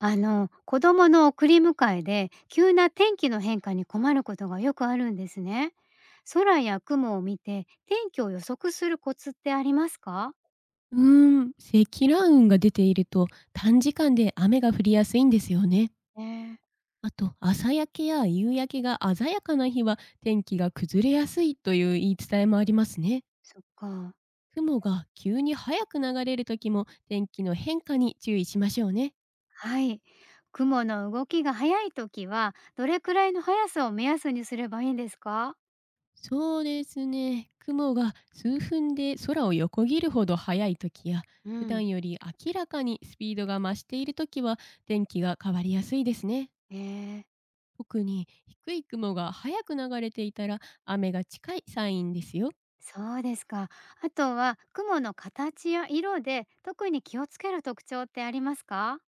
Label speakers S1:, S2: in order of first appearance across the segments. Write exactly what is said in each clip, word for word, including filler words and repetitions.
S1: あの、子供の送り迎えで急な天気の変化に困ることがよくあるんですね。空や雲を見て天気を予測するコツってありますか？
S2: うーん、積乱雲が出ていると短時間で雨が降りやすいんですよね。
S1: ね。
S2: あと、朝焼けや夕焼けが鮮やかな日は天気が崩れやすいという言い伝えもありますね。
S1: そっか。
S2: 雲が急に早く流れる時も天気の変化に注意しましょうね。
S1: はい。雲の動きが早い時はどれくらいの速さを目安にすればいいんですか？
S2: そうですね。雲が数分で空を横切るほど速い時や、
S1: う
S2: 普
S1: ん。
S2: 段より明らかにスピードが増している時は天気が変わりやすいですね。
S1: えー、
S2: 特に低い雲が早く流れていたら雨が近いサインですよ。
S1: そうですか。あとは雲の形や色で特に気をつける特徴ってありますか？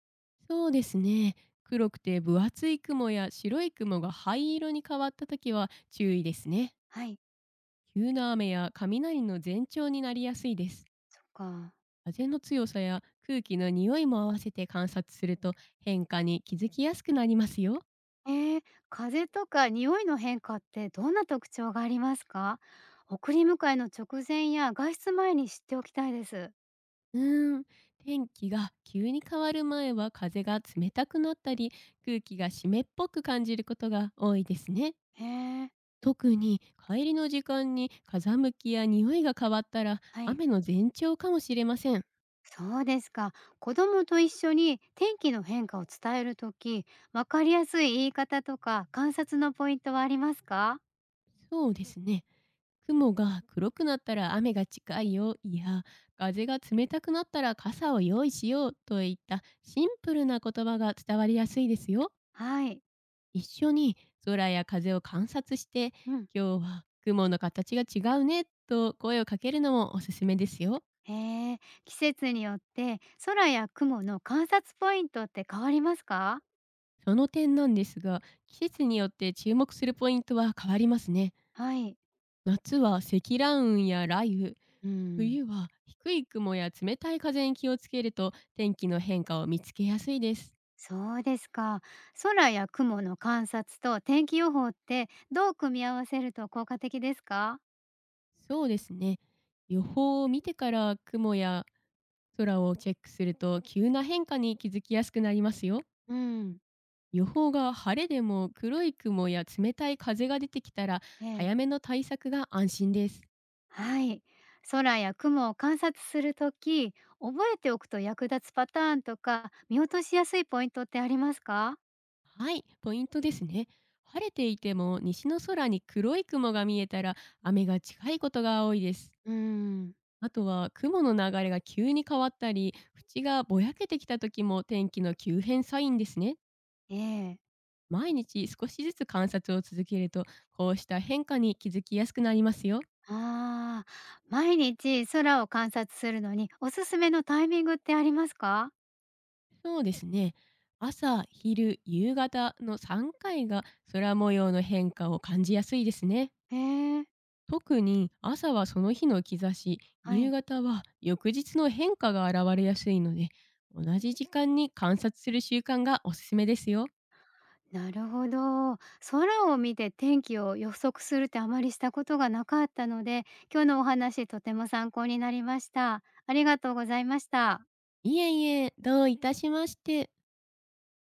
S2: そうですね。黒くて分厚い雲や白い雲が灰色に変わった時は注意ですね。
S1: はい。
S2: 急な雨や雷の前兆になりやすいです。
S1: そっか。
S2: 風の強さや空気の匂いも合わせて観察すると変化に気づきやすくなりますよ。
S1: ええ、風とか匂いの変化ってどんな特徴がありますか？送り迎えの直前や外出前に知っておきたいです。
S2: うーん、天気が急に変わる前は風が冷たくなったり、空気が湿っぽく感じることが多いですね。
S1: へえ、
S2: 特に帰りの時間に風向きや匂いが変わったら、
S1: はい。
S2: 雨の前兆かもしれません。
S1: そうですか。子供と一緒に天気の変化を伝えるとき、わかりやすい言い方とか観察のポイントはありますか？
S2: そうですね。雲が黒くなったら雨が近いよ、いや、風が冷たくなったら傘を用意しようといったシンプルな言葉が伝わりやすいですよ。
S1: はい。
S2: 一緒に空や風を観察して、
S1: うん。
S2: 今日は雲の形が違うねと声をかけるのもおすすめですよ。
S1: へえ、季節によって空や雲の観察ポイントって変わりますか？
S2: その点なんですが、季節によって注目するポイントは変わりますね。
S1: はい。
S2: 夏は積乱雲や雷雨、
S1: うん。
S2: 冬は低い雲や冷たい風に気をつけると、天気の変化を見つけやすいです。
S1: そうですか。空や雲の観察と天気予報ってどう組み合わせると効果的ですか？
S2: そうですね。予報を見てから雲や空をチェックすると、急な変化に気づきやすくなりますよ。
S1: うん、
S2: 予報が晴れでも黒い雲や冷たい風が出てきたら、
S1: ええ。
S2: 早めの対策が安心です。
S1: はい。空や雲を観察するとき、覚えておくと役立つパターンとか、見落としやすいポイントってありますか？
S2: はい、ポイントですね。晴れていても西の空に黒い雲が見えたら、雨が近いことが多いです。
S1: うん、
S2: あとは雲の流れが急に変わったり、縁がぼやけてきた時も天気の急変サインですね。
S1: ええ。
S2: 毎日少しずつ観察を続けると、こうした変化に気づきやすくなりますよ。
S1: ああ、毎日空を観察するのにおすすめのタイミングってありますか？
S2: そうですね。朝、昼、夕方のさんかいが空模様の変化を感じやすいですね。
S1: ええ。
S2: 特に朝はその日の兆し、
S1: は
S2: 夕
S1: い。
S2: 方は翌日の変化が現れやすいので、同じ時間に観察する習慣がおすすめですよ。
S1: なるほど。空を見て天気を予測するってあまりしたことがなかったので、今日のお話とても参考になりました。ありがとうございました。
S2: いえいえ、どういたしまして。